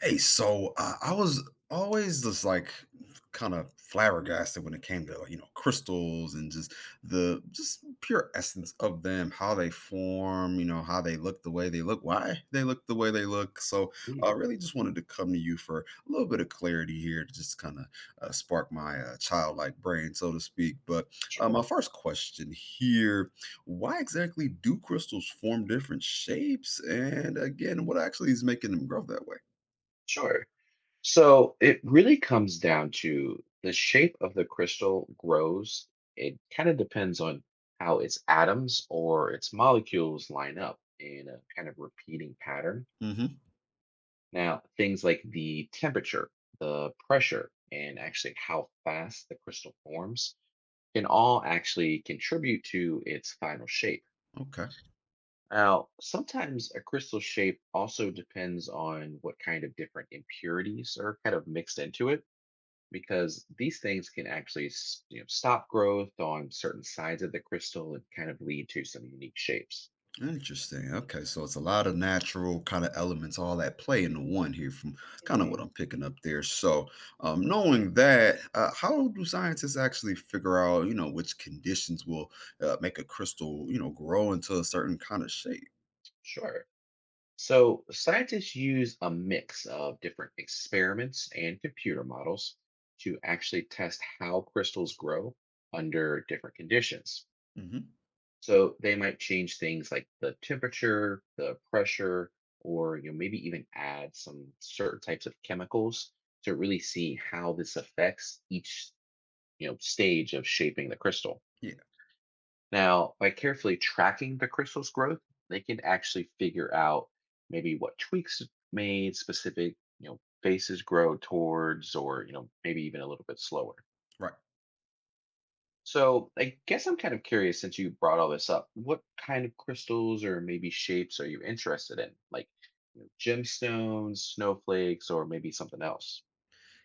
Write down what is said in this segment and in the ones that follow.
Hey, I was always just like kind of flabbergasted when it came to crystals and just the just pure essence of them, how they form, you know, how they look the way they look, why they look the way they look. So Mm, I really just wanted to come to you for a little bit of clarity here to just spark my childlike brain, so to speak. But my Sure, first question here, why exactly do crystals form different shapes? And again, what actually is making them grow that way? sure. So it really comes down to the shape of the crystal grows. It kind of depends on how its atoms or its molecules line up in a kind of repeating pattern. hmm Now, things like the temperature, the pressure, and actually how fast the crystal forms can all actually contribute to its final shape. Okay. Now, sometimes a crystal shape also depends on what kind of different impurities are kind of mixed into it, because these things can actually you know, stop growth on certain sides of the crystal and kind of lead to some unique shapes. Interesting. Okay. So it's a lot of natural kind of elements all that play into one here from kind of what Hmm. I'm picking up there. So knowing that, how do scientists actually figure out, you know, which conditions will make a crystal, you know, grow into a certain kind of shape? Sure. So, scientists use a mix of different experiments and computer models to actually test how crystals grow under different conditions. hmm So they might change things like the temperature, the pressure, or you know maybe even add some certain types of chemicals to really see how this affects each you know stage of shaping the crystal. Yeah. Now, by carefully tracking the crystal's growth, they can actually figure out maybe what tweaks made specific you know faces grow towards, or you know maybe even a little bit slower. Right. So I guess I'm kind of curious since you brought all this up. What kind of crystals or maybe shapes are you interested in? Like you know, gemstones, snowflakes, or maybe something else?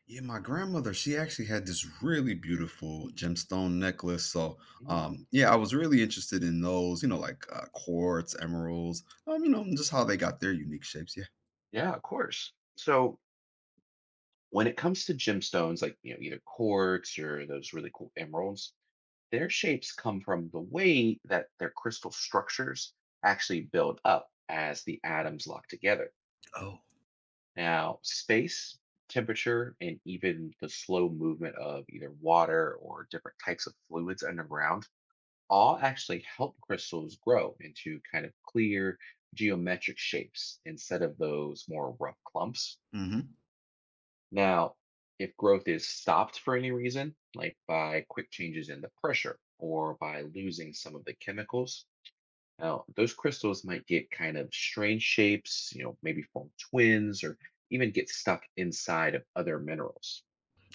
Yeah, my grandmother, she actually had this really beautiful gemstone necklace. So, Mm, yeah, I was really interested in those, you know, like quartz, emeralds, you know, and just how they got their unique shapes. Yeah. yeah, of course. So when it comes to gemstones, like you know, either quartz or those really cool emeralds, their shapes come from the way that their crystal structures actually build up as the atoms lock together. Oh. Now, space, temperature, and even the slow movement of either water or different types of fluids underground all actually help crystals grow into kind of clear geometric shapes instead of those more rough clumps. hmm Now, if growth is stopped for any reason, like by quick changes in the pressure or by losing some of the chemicals, now, those crystals might get kind of strange shapes, you know, maybe form twins or even get stuck inside of other minerals.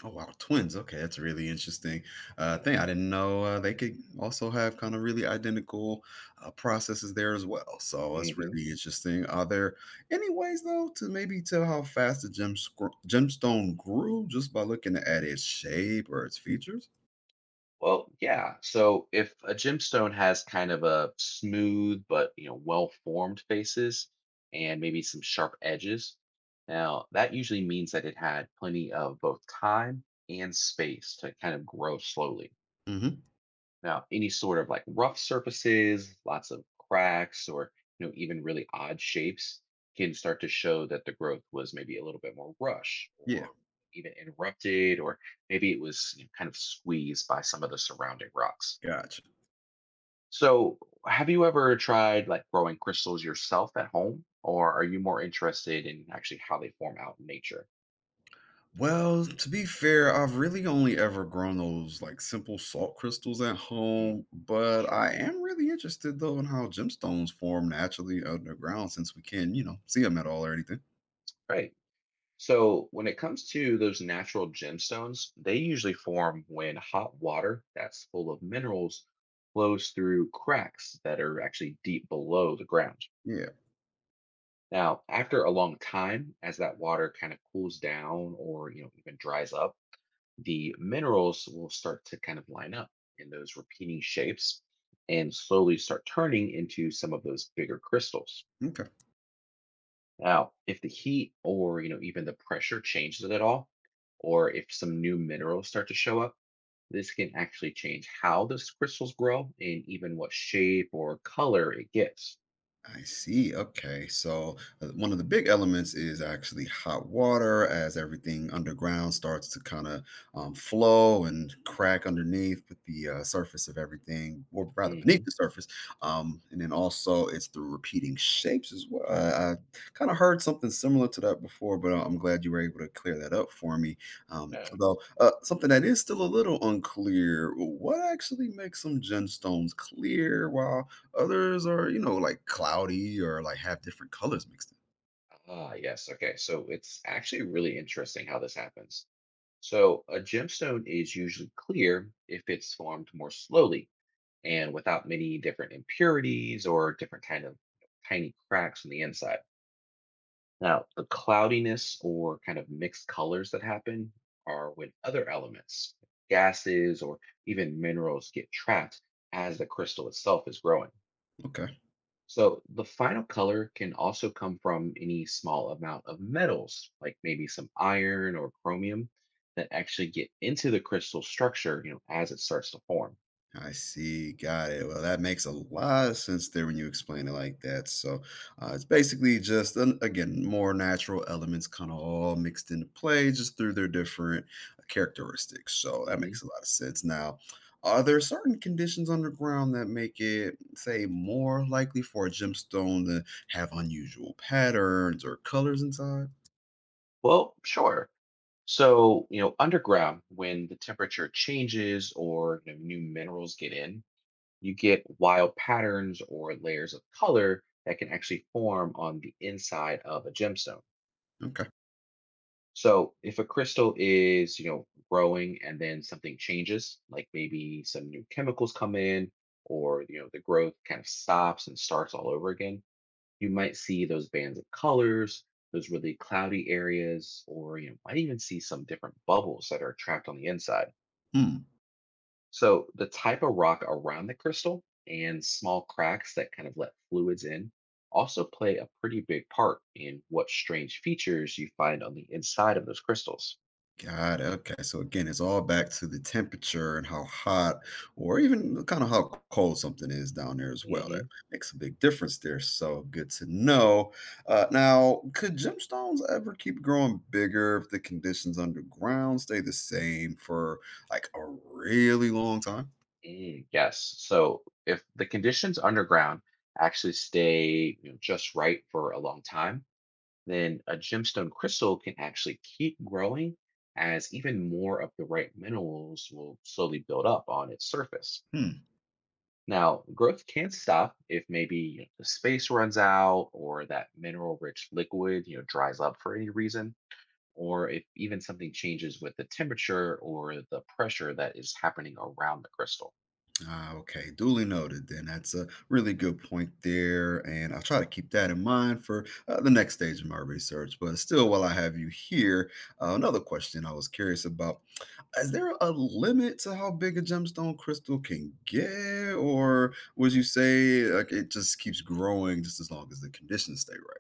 Oh wow, twins. Okay, that's really interesting Yeah. thing. I didn't know they could also have kind of really identical processes there as well. So that's Hmm. really interesting. Are there any ways though to maybe tell how fast the gemstone grew just by looking at its shape or its features? Well, yeah. So if a gemstone has kind of a smooth but you know well-formed faces and maybe some sharp edges, now that usually means that it had plenty of both time and space to kind of grow slowly. hmm Now, any sort of like rough surfaces, lots of cracks, or you know, even really odd shapes can start to show that the growth was maybe a little bit more rush Yeah, or even interrupted, or maybe it was you know, kind of squeezed by some of the surrounding rocks. gotcha. So, have you ever tried like growing crystals yourself at home, or are you more interested in actually how they form out in nature? Well, to be fair, I've really only ever grown those like simple salt crystals at Mm, home, but sure. I am really interested though in how gemstones form naturally underground since we can, you know, see them at all or anything. Right. So when it comes to those natural gemstones, they usually form when hot water that's full of minerals flows through cracks that are actually deep below the ground. Yeah. Now, after a long time, as that water kind of cools down or you know even dries up, the minerals will start to kind of line up in those repeating shapes and slowly start turning into some of those bigger crystals. Okay. Now, if the heat or you know even the pressure changes at all, or if some new minerals start to show up, this can actually change how those crystals grow and even what shape or color it gets. I see. Okay. So, one of the big elements is actually hot water as everything underground starts to kind of flow and crack underneath with the surface of everything, or rather beneath Hmm. the surface. And then also, it's through repeating shapes as well. I kind of heard something similar to that before, but I'm glad you were able to clear that up for me. Yeah. Something that is still a little unclear, what actually makes some gemstones clear while others are, you know, like cloudy or like have different colors mixed Ah, yes. Okay. So it's actually really interesting how this happens. So a gemstone is usually clear if it's formed more slowly and without many different impurities or different kind of tiny cracks on the inside. Now, the cloudiness or kind of mixed colors that happen are when other elements, gases, or even minerals get trapped as the crystal itself is growing. in. Okay. So, the final color can also come from any small amount of metals, like maybe some iron or chromium, that actually get into the crystal structure, you know, as it starts to form. I see. Got it. Well, that makes a lot of sense there when you explain it like that. So it's basically just, an, again, more natural elements kind of all mixed into play just through their different characteristics. So that Hmm. makes a lot of sense. Now, are there certain conditions underground that make it, say, more likely for a gemstone to have unusual patterns or colors inside? Well, sure. So, you know, underground, when the temperature changes or you know, new minerals get in, you get wild patterns or layers of color that can actually form on the inside of a gemstone. Okay. So if a crystal is, you know, growing and then something changes, like maybe some new chemicals come in or, you know, the growth kind of stops and starts all over again, you might see those bands of colors, those really cloudy areas, or you know, might even see some different bubbles that are trapped on the inside. Hmm. So the type of rock around the crystal and small cracks that kind of let fluids in also play a pretty big part in what strange features you find on the inside of those crystals. Got it. Okay. So again, it's all back to the temperature and how hot or even kind of how cold something is down there as well. That Hmm. makes a big difference there. So good to know. Now, could gemstones ever keep growing bigger if the conditions underground stay the same for like a really long time? Mm, yes. So if the conditions underground actually stay you know, just right for a long time, then a gemstone crystal can actually keep growing as even more of the right minerals will slowly build up on its surface. Hmm. Now, growth can stop if maybe you know, the space runs out or that mineral-rich liquid, you know, dries up for any reason, or if even something changes with the temperature or the pressure that is happening around the crystal. Ah, okay. Duly noted then. That's a really good point there. And I'll try to keep that in mind for the next stage of my research. But still, while I have you here, another question I was curious about, is there a limit to how big a gemstone crystal can get? Or would you say like, it just keeps growing just as long as the conditions stay right?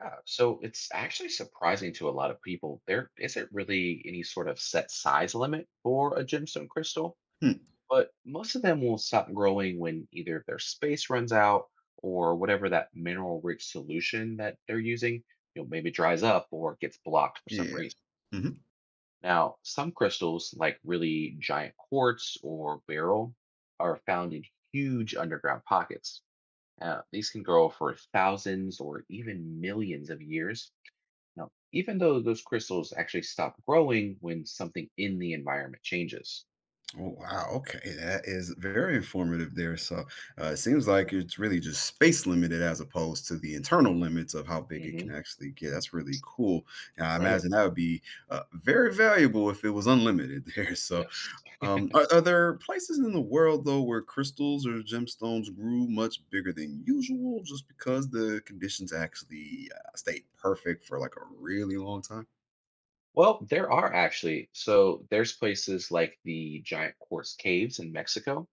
Yeah, so it's actually surprising to a lot of people. There isn't really any sort of set size limit for a gemstone crystal, Hmm. but most of them will stop growing when either their space runs out or whatever that mineral rich solution that they're using, you know, maybe dries up or gets blocked for some Yeah. reason. Mhm. Now, some crystals, like really giant quartz or beryl, are found in huge underground pockets. These can grow for thousands or even millions of years. Now, even though those crystals actually stop growing when something in the environment changes. Oh, wow. Okay. That is very informative there. So it seems like it's really just space limited as opposed to the internal limits of how big it can Hmm. actually get. That's really cool. And I Right. imagine that would be very valuable if it was unlimited there. So, Yes. Are there places in the world, though, where crystals or gemstones grew much bigger than usual just because the conditions actually stayed perfect for like a really long time? Well, there are actually. So there's places like the giant quartz caves in Mexico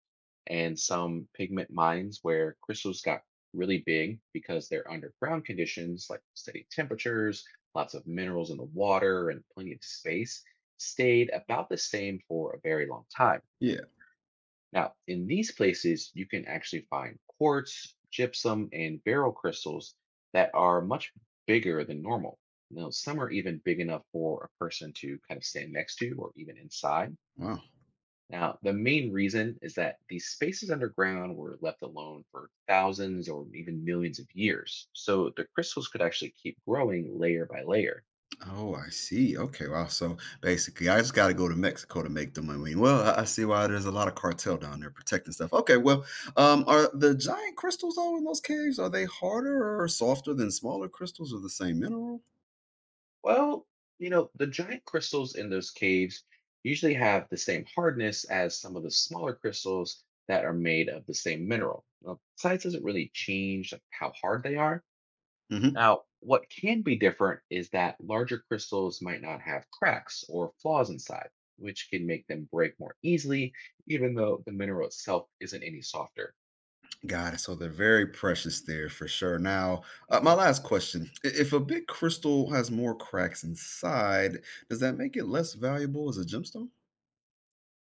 and some pigment mines where crystals got really big because they're underground conditions like steady temperatures, lots of minerals in the water, and plenty of space stayed about the same for a very long time. Yeah. Now, in these places, you can actually find quartz, gypsum, and barrel crystals that are much bigger than normal. Now, some are even big enough for a person to kind of stand next to or even inside. Wow. Now, the main reason is that these spaces underground were left alone for thousands or even millions of years. So the crystals could actually keep growing layer by layer. Oh, I see. Okay, wow. So basically, I just got to go to Mexico to make the money. Well, I see why there's a lot of cartel down there protecting stuff. Okay, well, are the giant crystals though in those caves? Are they harder or softer than smaller crystals of the same mineral? Well, you know, the giant crystals in those caves usually have the same hardness as some of the smaller crystals that are made of the same mineral. Now, size doesn't really change like, how hard they are. hmm Now, what can be different is that larger crystals might not have cracks or flaws inside, which can make them break more easily, even though the mineral itself isn't any softer. Got it. So they're very precious there for sure. Now, my Mhm. last question: if a big crystal has more cracks inside, does that make it less valuable as a gemstone?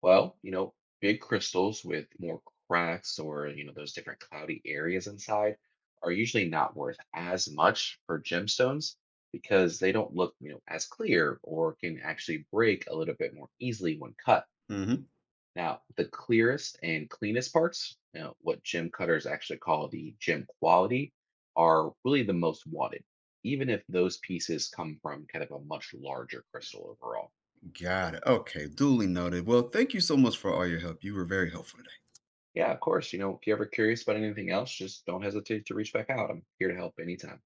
Well, you know, big crystals with more cracks or, you know, those different cloudy areas inside are usually not worth as much for gemstones because they don't look, you know, as clear or can actually break a little bit more easily when cut. hmm Now, the clearest and cleanest parts, you know, what gem cutters actually call the gem quality, are really the most wanted, even if those pieces come from kind of a much larger crystal overall. Got it. Okay, duly noted. Well, thank you so much for all your help. You were very helpful today. Yeah, of course. You know, if you're ever curious about anything else, just don't hesitate to reach back out. I'm here to help anytime.